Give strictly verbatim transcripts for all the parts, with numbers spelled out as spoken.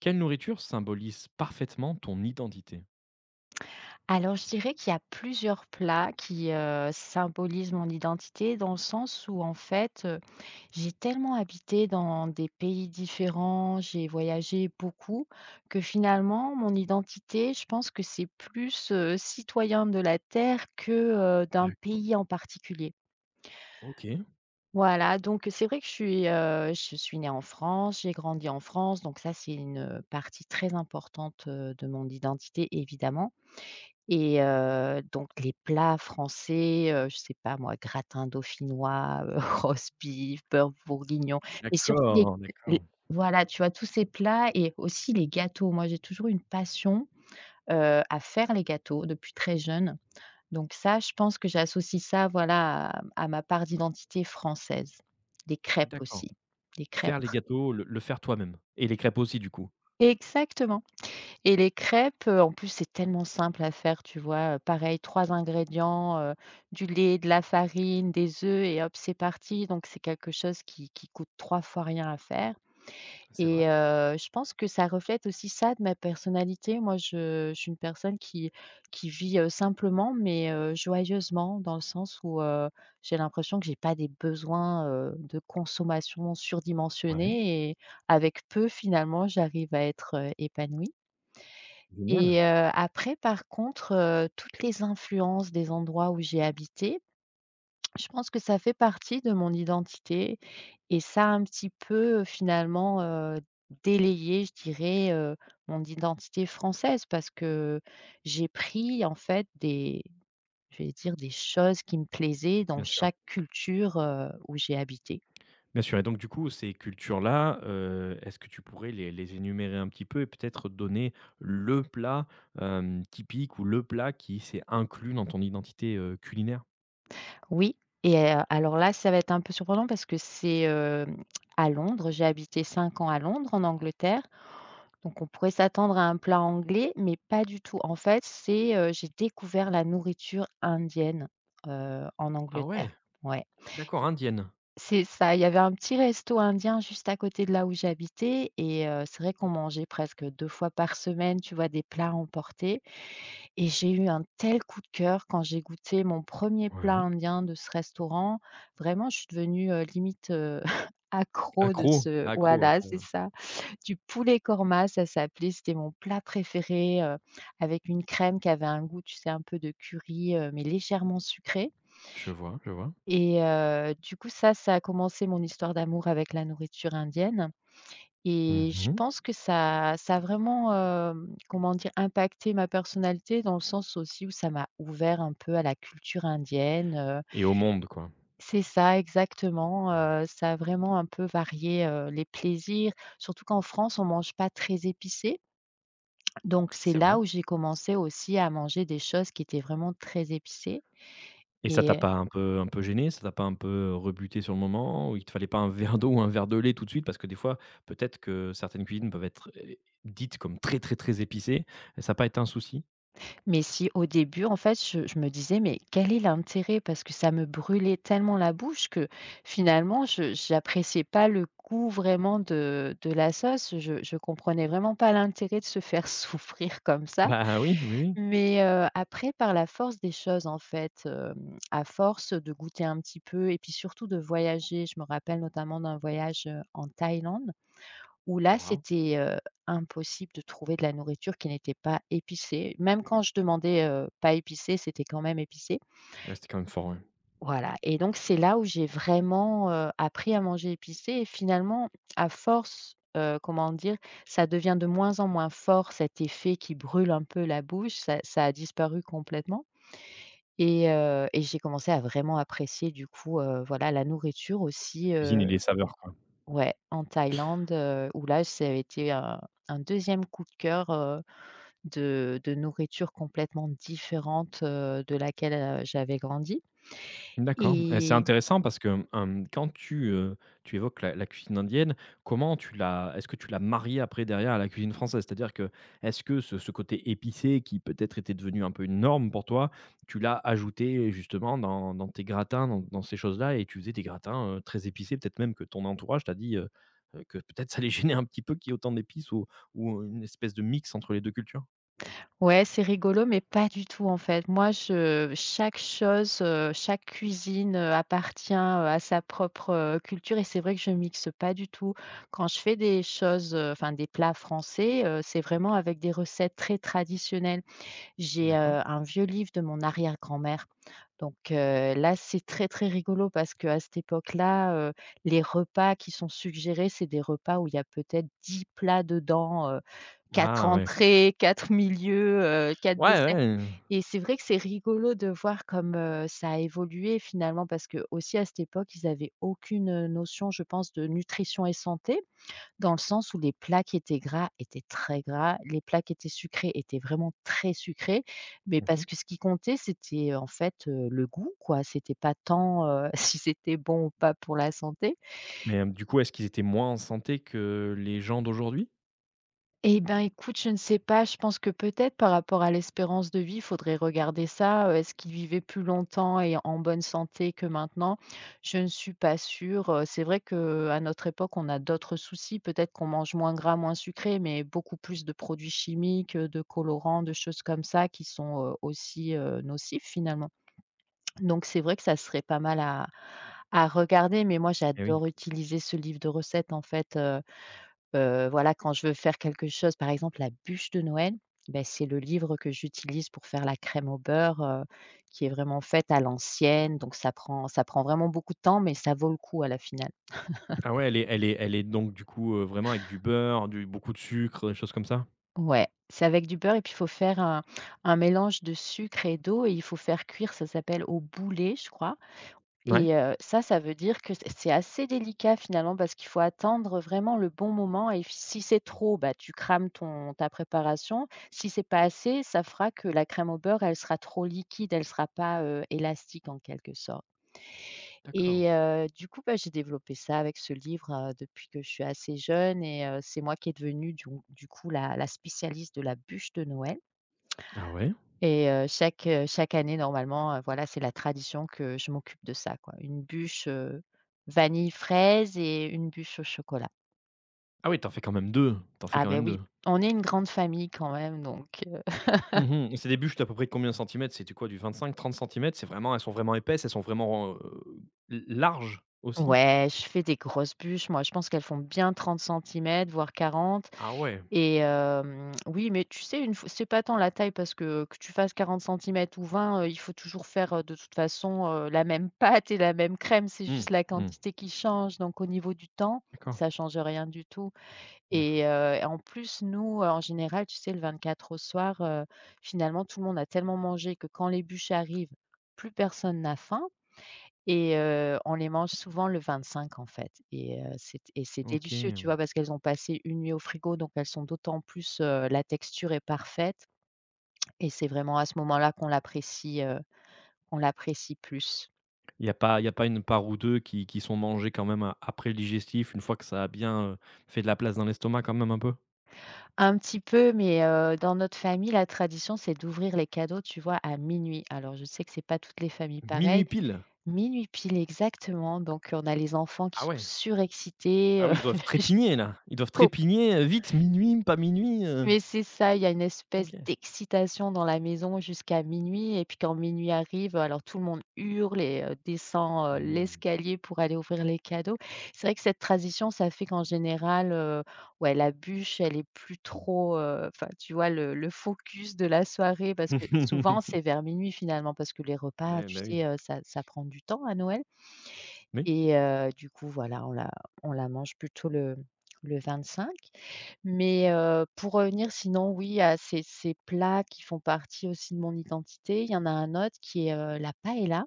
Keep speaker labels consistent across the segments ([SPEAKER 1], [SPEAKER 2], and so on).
[SPEAKER 1] Quelle nourriture symbolise parfaitement ton identité?
[SPEAKER 2] Alors, je dirais qu'il y a plusieurs plats qui, heu, symbolisent mon identité dans le sens où, en fait, heu, j'ai tellement habité dans des pays différents, j'ai voyagé beaucoup que finalement mon identité, je pense que c'est plus, heu, citoyen de la terre que, heu, d'un
[SPEAKER 1] D'accord,
[SPEAKER 2] pays en particulier.
[SPEAKER 1] OK.
[SPEAKER 2] Voilà, donc c'est vrai que je suis, heu, je suis née en France, j'ai grandi en France, donc ça c'est une partie très importante, heu, de mon identité évidemment. Et heu, donc les plats français, heu, je sais pas moi, gratin dauphinois, heu, roast beef, beurre bourguignon, mais surtout les
[SPEAKER 1] D'accord,
[SPEAKER 2] les
[SPEAKER 1] d'accord,
[SPEAKER 2] voilà, tu vois? Tous ces plats et aussi les gâteaux. Moi, j'ai toujours eu une passion, heu, à faire les gâteaux depuis très jeune. Donc ça, je pense que j'associe ça, voilà, à à ma part d'identité française. Les crêpes
[SPEAKER 1] d'accord.
[SPEAKER 2] aussi, les
[SPEAKER 1] Faire
[SPEAKER 2] crêpes
[SPEAKER 1] les gâteaux, le le faire toi-même et les crêpes aussi du coup?
[SPEAKER 2] exactement. Et les crêpes, heu, en plus, c'est tellement simple à faire, tu vois? Heu, pareil, trois ingrédients, heu, du lait, de la farine, des œufs et hop, c'est parti. Donc c'est quelque chose qui qui coûte trois fois rien à faire
[SPEAKER 1] C'est vrai.
[SPEAKER 2] et heu, je pense que ça reflète aussi ça de ma personnalité. Moi, je je suis une personne qui qui vit, heu, simplement mais heu, joyeusement dans le sens où, heu, j'ai l'impression que j'ai pas des besoins, heu, de consommation
[SPEAKER 1] Ouais,
[SPEAKER 2] surdimensionnés et avec peu, finalement, j'arrive à être, heu, épanouie. Et
[SPEAKER 1] génial.
[SPEAKER 2] heu, après par contre, heu, toutes les influences des endroits où j'ai habité, je pense que ça fait partie de mon identité et ça a un petit peu, heu, finalement, heu, délayé, je dirais, heu, mon identité française parce que j'ai pris en fait des je vais dire des choses qui me plaisaient dans
[SPEAKER 1] Bien sûr.
[SPEAKER 2] chaque culture, heu, où j'ai habité.
[SPEAKER 1] Bien sûr et donc du coup, ces cultures-là, heu, est-ce que tu pourrais les les énumérer un petit peu et peut-être donner le plat, hem, typique ou le plat qui s'est inclus dans ton identité, heu, culinaire?
[SPEAKER 2] Oui et heu, alors là, ça va être un peu surprenant parce que c'est, hem, à Londres. J'ai habité cinq ans à Londres, en Angleterre. Donc on pourrait s'attendre à un plat anglais, mais pas du tout. En fait, c'est, heu, j'ai découvert la nourriture indienne, heu, en
[SPEAKER 1] Ah
[SPEAKER 2] Angleterre.
[SPEAKER 1] ouais,
[SPEAKER 2] Ouais.
[SPEAKER 1] d'accord, indienne.
[SPEAKER 2] C'est ça, il y avait un petit resto indien juste à côté de là où j'habitais et heu, c'est vrai qu'on mangeait presque deux fois par semaine, tu vois, des plats emportés et j'ai eu un tel coup de cœur quand j'ai goûté mon premier plat
[SPEAKER 1] Ouais.
[SPEAKER 2] indien de ce restaurant. Vraiment, je suis devenue, heu, limite, heu, accro de
[SPEAKER 1] Accro,
[SPEAKER 2] ce
[SPEAKER 1] accro,
[SPEAKER 2] voilà,
[SPEAKER 1] accro, ouais.
[SPEAKER 2] c'est ça. Du poulet korma, ça s'appelait, c'était mon plat préféré, heu, avec une crème qui avait un goût, tu sais, un peu de curry, heu, mais légèrement sucré
[SPEAKER 1] Je vois, je vois.
[SPEAKER 2] et heu, du coup, ça, ça a commencé mon histoire d'amour avec la nourriture indienne et je
[SPEAKER 1] Mmh,
[SPEAKER 2] pense que ça ça a vraiment, hem, comment dire? Impacté ma personnalité dans le sens aussi où ça m'a ouvert un peu à la culture indienne, heu
[SPEAKER 1] et au monde, quoi.
[SPEAKER 2] c'est ça, exactement,
[SPEAKER 1] Mmh.
[SPEAKER 2] heu, ça a vraiment un peu varié, heu, les plaisirs. Surtout qu'en France, on mange pas très épicé. Donc c'est
[SPEAKER 1] C'est vrai.
[SPEAKER 2] là où j'ai commencé aussi à manger des choses qui étaient vraiment très épicées
[SPEAKER 1] Et ça t'a
[SPEAKER 2] et heu,
[SPEAKER 1] pas un peu un peu gêné? Ça t'a pas un peu, rebuté sur le moment? Ou il te fallait pas un verre d'eau ou un verre de lait tout de suite? Parce que des fois, peut-être que certaines cuisines peuvent être, heu, dites comme très, très, très épicées. Ça a pas été un souci?
[SPEAKER 2] mais si au début, en fait, je je me disais: «Mais quel est l'intérêt?» parce que ça me brûlait tellement la bouche que finalement je j'appréciais pas le goût vraiment de de la sauce. Je je comprenais vraiment pas l'intérêt de se faire souffrir comme ça.
[SPEAKER 1] Bah, oui, oui, oui.
[SPEAKER 2] Mais heu, après par la force des choses, en fait, hem, à force de goûter un petit peu et puis surtout de voyager. Je me rappelle notamment d'un voyage, heu, en Thaïlande. Où là,
[SPEAKER 1] Waouh!
[SPEAKER 2] c'était, heu, impossible de trouver de la nourriture qui n'était pas épicée. Même quand je demandais, heu, pas épicée, c'était quand même épicé.
[SPEAKER 1] Ouais, c'était quand même fort, ouais.
[SPEAKER 2] Voilà et donc c'est là où j'ai vraiment, heu, appris à manger épicé et finalement, à force, heu, comment dire? Ça devient de moins en moins fort, cet effet qui brûle un peu la bouche, ça ça a disparu complètement et heu et j'ai commencé à vraiment apprécier du coup, heu, voilà la nourriture
[SPEAKER 1] La
[SPEAKER 2] aussi,
[SPEAKER 1] cuisine et
[SPEAKER 2] heu
[SPEAKER 1] les saveurs, quoi.
[SPEAKER 2] ouais, en Thaïlande, heu, où là, ça a été un un deuxième coup de cœur, heu, de de nourriture complètement différente, heu, de laquelle, heu, j'avais grandi.
[SPEAKER 1] D'accord et c'est
[SPEAKER 2] et
[SPEAKER 1] intéressant parce que, hem, quand tu, heu, tu évoques la la cuisine indienne, comment tu l'as est-ce que tu l'as mariée après derrière à la cuisine française? C'est-à-dire que, est-ce que ce ce côté épicé qui peut-être était devenu un peu une norme pour toi, tu l'as ajouté justement dans dans tes gratins, dans dans ces choses-là et tu faisais des gratins, heu, très épicés? Peut-être même que ton entourage t'a dit, heu heu, que peut-être ça les gênait un petit peu qu'il y ait autant d'épices ou ou une espèce de mix entre les deux cultures?
[SPEAKER 2] ouais, c'est rigolo, mais pas du tout, en fait. Moi, je chaque chose, heu, chaque cuisine, heu, appartient, heu, à sa propre, heu, culture et c'est vrai que je mixe pas du tout. Quand je fais des choses, heu, enfin des plats français, heu, c'est vraiment avec des recettes très traditionnelles. J'ai,
[SPEAKER 1] D'accord.
[SPEAKER 2] heu, un vieux livre de mon arrière-grand-mère. Donc, heu, là, c'est très, très rigolo parce qu'à cette époque-là, heu, les repas qui sont suggérés, c'est des repas où il y a peut-être dix plats dedans, heu, quatre
[SPEAKER 1] Ah ouais.
[SPEAKER 2] entrées, quatre milieux, heu, quatre
[SPEAKER 1] Ouais,
[SPEAKER 2] desserts
[SPEAKER 1] ouais.
[SPEAKER 2] et c'est vrai que c'est rigolo de voir comme, heu, ça a évolué finalement parce que aussi à cette époque, ils avaient aucune notion, je pense, de nutrition et santé, dans le sens où les plats qui étaient gras étaient très gras, les plats qui étaient sucrés étaient vraiment très sucrés, mais
[SPEAKER 1] Mmh.
[SPEAKER 2] parce que ce qui comptait, c'était, en fait, heu, le goût, quoi. C'était pas tant, heu, si c'était bon ou pas pour la santé.
[SPEAKER 1] Mais, hem, du coup, est-ce qu'ils étaient moins en santé que les gens d'aujourd'hui?
[SPEAKER 2] Eh ben, écoute, je ne sais pas. Je pense que peut-être par rapport à l'espérance de vie, il faudrait regarder ça. Euh, Est-ce qu'il vivait plus longtemps et en bonne santé que maintenant? Je ne suis pas sûre. Euh, C'est vrai que à notre époque, on a d'autres soucis. Peut-être qu'on mange moins gras, moins sucré, mais beaucoup plus de produits chimiques, euh, de colorants, de choses comme ça qui sont euh, aussi euh, nocifs finalement. Donc, c'est vrai que ça serait pas mal à, à regarder. Mais moi,
[SPEAKER 1] Eh oui.
[SPEAKER 2] j'adore utiliser ce livre de recettes en fait. euh, Heu, voilà, quand je veux faire quelque chose, par exemple la bûche de Noël, bah, c'est le livre que j'utilise pour faire la crème au beurre, heu, qui est vraiment faite à l'ancienne, donc ça prend ça prend vraiment beaucoup de temps, mais ça vaut le coup à la finale.
[SPEAKER 1] Ah ouais, elle est elle est elle est donc du coup, heu, vraiment avec du beurre, du beaucoup de sucre, des choses comme ça?
[SPEAKER 2] Ouais, c'est avec du beurre et puis il faut faire un un mélange de sucre et d'eau et il faut faire cuire, ça s'appelle au boulet, je crois.
[SPEAKER 1] Ouais?
[SPEAKER 2] Et heu, ça, ça veut dire que c'est c'est assez délicat finalement parce qu'il faut attendre vraiment le bon moment et si c'est trop, bah, tu crames ton ta préparation. Si c'est pas assez, ça fera que la crème au beurre, elle sera trop liquide, elle sera pas, heu, élastique en quelque sorte.
[SPEAKER 1] D'accord.
[SPEAKER 2] Et heu, du coup, bah, j'ai développé ça avec ce livre, heu, depuis que je suis assez jeune et heu, c'est moi qui est devenue du du coup la la spécialiste de la bûche de Noël.
[SPEAKER 1] Ah ouais?
[SPEAKER 2] Et heu, chaque, heu, chaque année normalement, heu, voilà, c'est la tradition que je m'occupe de ça quoi. Une bûche, heu, vanille fraise et une bûche au chocolat.
[SPEAKER 1] Ah oui, t'en fais quand même deux. T'en fais
[SPEAKER 2] Ah
[SPEAKER 1] quand
[SPEAKER 2] ben
[SPEAKER 1] même
[SPEAKER 2] oui,
[SPEAKER 1] deux.
[SPEAKER 2] on est une grande famille quand même donc heu,
[SPEAKER 1] Mmh mh. Et c'est des bûches d'à peu près de combien de centimètres? C'était quoi du vingt-cinq, trente centimètres? C'est vraiment elles sont vraiment épaisses, elles sont vraiment, heu, l larges aussi?
[SPEAKER 2] ouais, je fais des grosses bûches moi, je pense qu'elles font bien trente centimètres, voire quarante
[SPEAKER 1] Ah ouais.
[SPEAKER 2] et hem, oui, mais tu sais une f c'est pas tant la taille parce que que tu fasses quarante centimètres ou vingt, heu, il faut toujours faire, heu, de toute façon, heu, la même pâte et la même crème, c'est
[SPEAKER 1] Mmh,
[SPEAKER 2] juste la
[SPEAKER 1] mmh.
[SPEAKER 2] quantité qui change donc au niveau du temps,
[SPEAKER 1] D'accord,
[SPEAKER 2] ça change rien du tout. Et
[SPEAKER 1] d'accord.
[SPEAKER 2] heu, en plus, nous, euh, en général, tu sais, le vingt-quatre au soir, heu, finalement, tout le monde a tellement mangé que quand les bûches arrivent, plus personne n'a faim et heu, on les mange souvent le vingt-cinq, en fait et heu, c'est et c'est
[SPEAKER 1] OK,
[SPEAKER 2] délicieux, tu
[SPEAKER 1] hem.
[SPEAKER 2] vois? Parce qu'elles ont passé une nuit au frigo, donc elles sont d'autant plus, heu, la texture est parfaite et c'est vraiment à ce moment-là qu'on l'apprécie, heu, on l'apprécie plus.
[SPEAKER 1] Il y a pas il y a pas une part ou deux qui qui sont mangées quand même a après le digestif, une fois que ça a bien, heu, fait de la place dans l'estomac quand même un peu?
[SPEAKER 2] Un petit peu, mais heu, dans notre famille, la tradition, c'est d'ouvrir les cadeaux, tu vois, à minuit. Alors je sais que c'est pas toutes les familles
[SPEAKER 1] Minuit
[SPEAKER 2] pareilles.
[SPEAKER 1] pile!
[SPEAKER 2] Minuit pile exactement, donc on a les enfants qui
[SPEAKER 1] Ah
[SPEAKER 2] sont
[SPEAKER 1] ouais.
[SPEAKER 2] surexcités,
[SPEAKER 1] Ah
[SPEAKER 2] heu,
[SPEAKER 1] oui, ils doivent
[SPEAKER 2] je
[SPEAKER 1] trépigner là, ils doivent
[SPEAKER 2] co
[SPEAKER 1] trépigner, heu, vite, minuit, pas minuit, heu.
[SPEAKER 2] mais c'est ça, il y a une espèce
[SPEAKER 1] OK.
[SPEAKER 2] d'excitation dans la maison jusqu'à minuit et puis quand minuit arrive, alors tout le monde hurle et heu, descend, heu,
[SPEAKER 1] Mmh.
[SPEAKER 2] l'escalier pour aller ouvrir les cadeaux. C'est vrai que cette transition, ça fait qu'en général, heu, ouais, la bûche, elle est plus trop, heu, enfin, tu vois, le le focus de la soirée parce que souvent, c'est vers minuit finalement parce que les repas,
[SPEAKER 1] Eh
[SPEAKER 2] tu
[SPEAKER 1] bah oui.
[SPEAKER 2] sais, heu, ça ça prend du temps à Noël.
[SPEAKER 1] Oui.
[SPEAKER 2] Et heu, du coup, voilà, on la on la mange plutôt le le vingt-cinq. Mais heu, pour revenir sinon, oui, à ces ces plats qui font partie aussi de mon identité, il y en a un autre qui est, heu, la paella.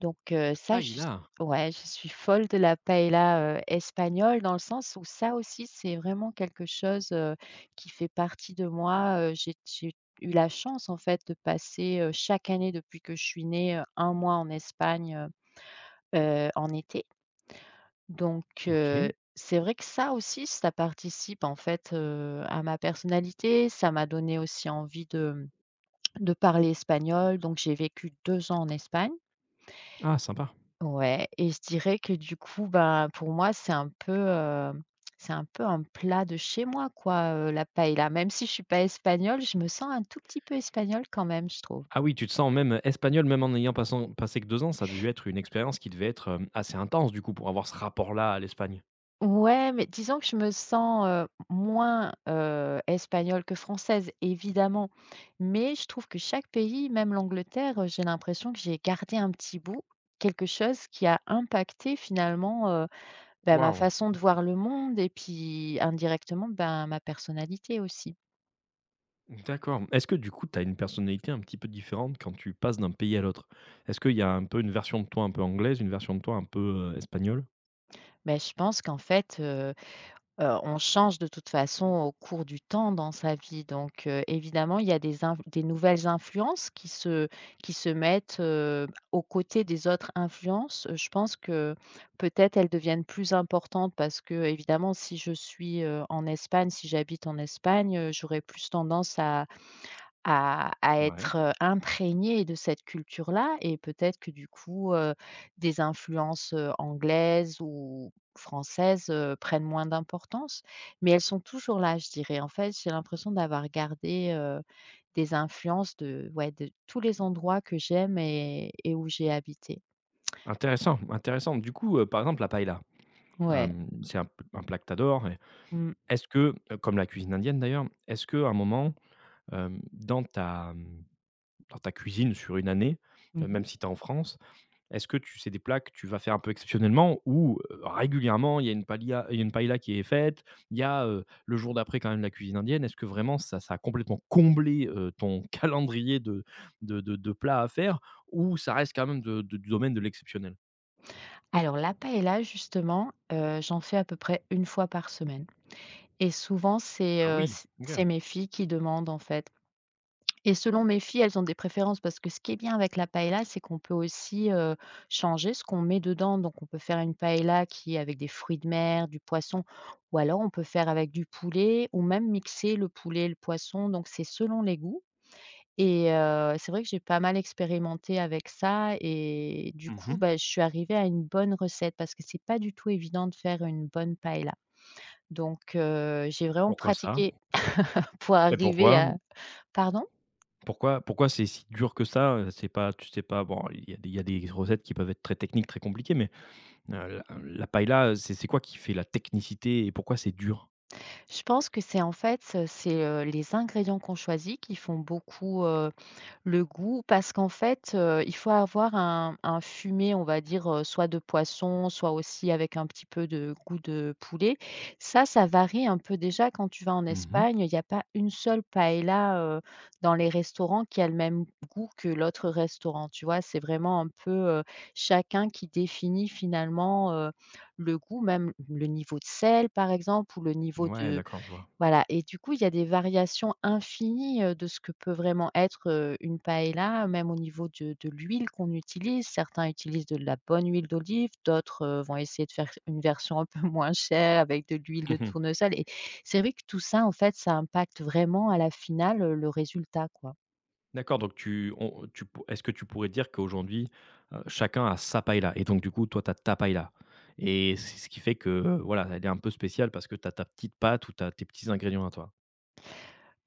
[SPEAKER 2] Donc heu,
[SPEAKER 1] La
[SPEAKER 2] ça, je s
[SPEAKER 1] paëlla!
[SPEAKER 2] Ouais, je suis folle de la paella heu, espagnole, dans le sens où ça aussi, c'est vraiment quelque chose, heu, qui fait partie de moi. Heu, j'ai j'ai eu la chance, en fait, de passer, heu, chaque année depuis que je suis née, heu, un mois en Espagne, heu en été. Donc heu,
[SPEAKER 1] OK.
[SPEAKER 2] c'est vrai que ça aussi, ça participe en fait, heu, à ma personnalité. Ça m'a donné aussi envie de, mmh, de parler espagnol, donc j'ai vécu deux ans en Espagne.
[SPEAKER 1] Ah sympa.
[SPEAKER 2] Ouais, et je dirais que du coup, bah, pour moi, c'est un peu, heu, c'est un peu un plat de chez moi quoi, heu, la paella. Même si je suis pas espagnole, je me sens un tout petit peu espagnole quand même, je trouve.
[SPEAKER 1] Ah oui, tu te sens même, espagnol, même en n'ayant passant passé que deux ans, ça a dû être une expérience qui devait être, hem, assez intense du coup pour avoir ce rapport-là à l'Espagne?
[SPEAKER 2] Ouais, mais disons que je me sens, heu, moins, heu, espagnole que française, évidemment. Mais je trouve que chaque pays, même l'Angleterre, heu, j'ai l'impression que j'ai gardé un petit bout, quelque chose qui a impacté finalement, heu, bah, ma
[SPEAKER 1] Waouh!
[SPEAKER 2] façon de voir le monde et puis indirectement, ben, ma personnalité aussi.
[SPEAKER 1] D'accord. Est-ce que du coup, tu as une personnalité un petit peu différente quand tu passes d'un pays à l'autre? Est-ce qu'il y a un peu une version de toi un peu anglaise, une version de toi un peu, heu, espagnole?
[SPEAKER 2] Mais je pense qu'en fait, Heu, on change de toute façon au cours du temps dans sa vie, donc heu, évidemment, il y a des inf des nouvelles influences qui se qui se mettent, heu, aux côtés des autres influences. Heu, je pense que peut-être elles deviennent plus importantes parce que, évidemment, si je suis, heu, en Espagne, si j'habite en Espagne, heu, j'aurais plus tendance à à à
[SPEAKER 1] Ouais.
[SPEAKER 2] être, heu, imprégné de cette culture-là, et peut-être que du coup, heu, des influences, heu, anglaises ou françaises, heu, prennent moins d'importance. Mais elles sont toujours là, je dirais. En fait, j'ai l'impression d'avoir gardé, heu, des influences de ouais, de tous les endroits que j'aime et et où j'ai habité.
[SPEAKER 1] Intéressant, intéressant. Du coup, heu, par exemple, la paella,
[SPEAKER 2] Ouais.
[SPEAKER 1] hem, c'est un p un plat que tu et
[SPEAKER 2] Mmh.
[SPEAKER 1] est-ce que, heu, comme la cuisine indienne d'ailleurs, est-ce qu'à un moment, hem, dans ta, mmh, dans ta cuisine sur une année, heu,
[SPEAKER 2] Mmh.
[SPEAKER 1] même si tu es en France, est-ce que tu c'est des plats que tu vas faire un peu exceptionnellement ou, heu, régulièrement, il y a une palia il y a une paëlla qui est faite, il y a, heu, le jour d'après quand même la cuisine indienne? Est-ce que vraiment ça ça a complètement comblé, heu, ton calendrier de de de de plats à faire ou ça reste quand même de de du domaine de l'exceptionnel?
[SPEAKER 2] Alors la paëlla justement, heu, j'en fais à peu près une fois par semaine, et souvent c'est,
[SPEAKER 1] Ah
[SPEAKER 2] heu,
[SPEAKER 1] oui,
[SPEAKER 2] c
[SPEAKER 1] OK.
[SPEAKER 2] c'est mes filles qui demandent, en fait. Et selon mes filles, elles ont des préférences, parce que ce qui est bien avec la paella, c'est qu'on peut aussi, heu, changer ce qu'on met dedans. Donc on peut faire une paella qui est avec des fruits de mer, du poisson, ou alors on peut faire avec du poulet, ou même mixer le poulet et le poisson. Donc c'est selon les goûts, et heu, c'est vrai que j'ai pas mal expérimenté avec ça, et du coup,
[SPEAKER 1] Mmh.
[SPEAKER 2] bah, je suis arrivée à une bonne recette, parce que c'est pas du tout évident de faire une bonne paella. Donc heu, j'ai vraiment
[SPEAKER 1] Pourquoi ça?
[SPEAKER 2] pratiqué pour
[SPEAKER 1] Mais
[SPEAKER 2] arriver
[SPEAKER 1] pourquoi?
[SPEAKER 2] à... Pardon?
[SPEAKER 1] Pourquoi pourquoi c'est si dur que ça, heu? C'est pas tu sais pas bon, il y a des il y a des recettes qui peuvent être très techniques, très compliquées, mais, heu, la la paëlla, c'est c'est quoi qui fait la technicité et pourquoi c'est dur?
[SPEAKER 2] Je pense que c'est, en fait, heu, c'est, heu, les ingrédients qu'on choisit qui font beaucoup, heu, le goût, parce qu'en fait, heu, il faut avoir un un fumet, on va dire, heu, soit de poisson, soit aussi avec un petit peu de goût de poulet. Ça, ça varie un peu déjà. Quand tu vas en
[SPEAKER 1] Mmh.
[SPEAKER 2] Espagne, il y a pas une seule paella heu, dans les restaurants qui a le même goût que l'autre restaurant, tu vois? C'est vraiment un peu, heu, chacun qui définit finalement, heu, le goût, même le niveau de sel par exemple, ou le niveau
[SPEAKER 1] Ouais,
[SPEAKER 2] de...
[SPEAKER 1] d'accord, je vois.
[SPEAKER 2] Voilà, et du coup, il y a des variations infinies, heu, de ce que peut vraiment être, heu, une paella, même au niveau de de l'huile qu'on utilise. Certains utilisent de la bonne huile d'olive, d'autres, heu, vont essayer de faire une version un peu moins chère avec de l'huile de
[SPEAKER 1] Mmh.
[SPEAKER 2] tournesol, et c'est vrai que tout ça, en fait, ça impacte vraiment à la finale, heu, le résultat, quoi.
[SPEAKER 1] D'accord, donc tu on tu pou est-ce que tu pourrais dire qu'aujourd'hui, heu, chacun a sa paella et donc du coup, toi, tu as ta paella et c'est ce qui fait que, heu, voilà, elle est un peu spéciale parce que tu as ta petite pâte ou t'as tes petits ingrédients à toi?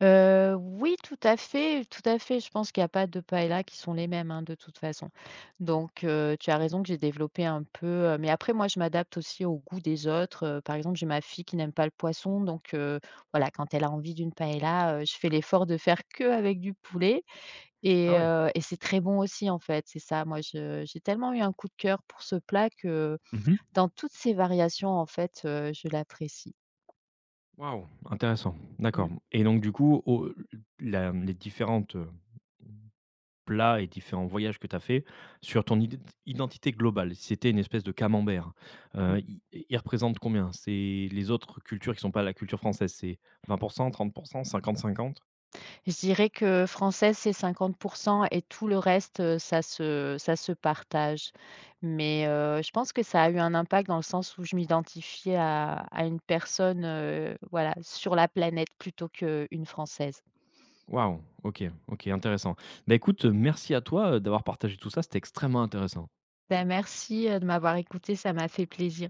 [SPEAKER 2] Heu, oui, tout à fait, tout à fait. Je pense qu'il n'y a pas de paella qui sont les mêmes, hein, de toute façon. Donc heu, tu as raison que j'ai développé un peu, heu mais après moi je m'adapte aussi au goût des autres, heu, par exemple, j'ai ma fille qui n'aime pas le poisson, donc heu, voilà, quand elle a envie d'une paella, heu, je fais l'effort de faire que avec du poulet,
[SPEAKER 1] Ah
[SPEAKER 2] et
[SPEAKER 1] ouais?
[SPEAKER 2] heu et c'est très bon aussi, en fait, c'est ça. Moi je j'ai tellement eu un coup de cœur pour ce plat que,
[SPEAKER 1] Mmh.
[SPEAKER 2] dans toutes ses variations, en fait, heu, je l'apprécie.
[SPEAKER 1] Waouh, intéressant, d'accord
[SPEAKER 2] Mmh.
[SPEAKER 1] et donc du coup, au la les différentes, plats et différents voyages que tu as fait, sur ton ident identité globale? Si c'était une espèce de camembert, heu, il il représente combien? C'est les autres cultures qui sont pas la culture française, c'est vingt pour cent, trente pour cent, cinquante cinquante.
[SPEAKER 2] Je dirais que français, c'est cinquante, et tout le reste, heu, ça se ça se partage. Mais, heu, je pense que ça a eu un impact dans le sens où je m'identifiais à à une personne, heu, voilà, sur la planète, plutôt qu'une Française.
[SPEAKER 1] Waouh! OK, OK, intéressant. Bah, écoute, merci à toi, heu, d'avoir partagé tout ça, c'était extrêmement intéressant.
[SPEAKER 2] Bah, merci, heu, de m'avoir écoutée, ça m'a fait plaisir.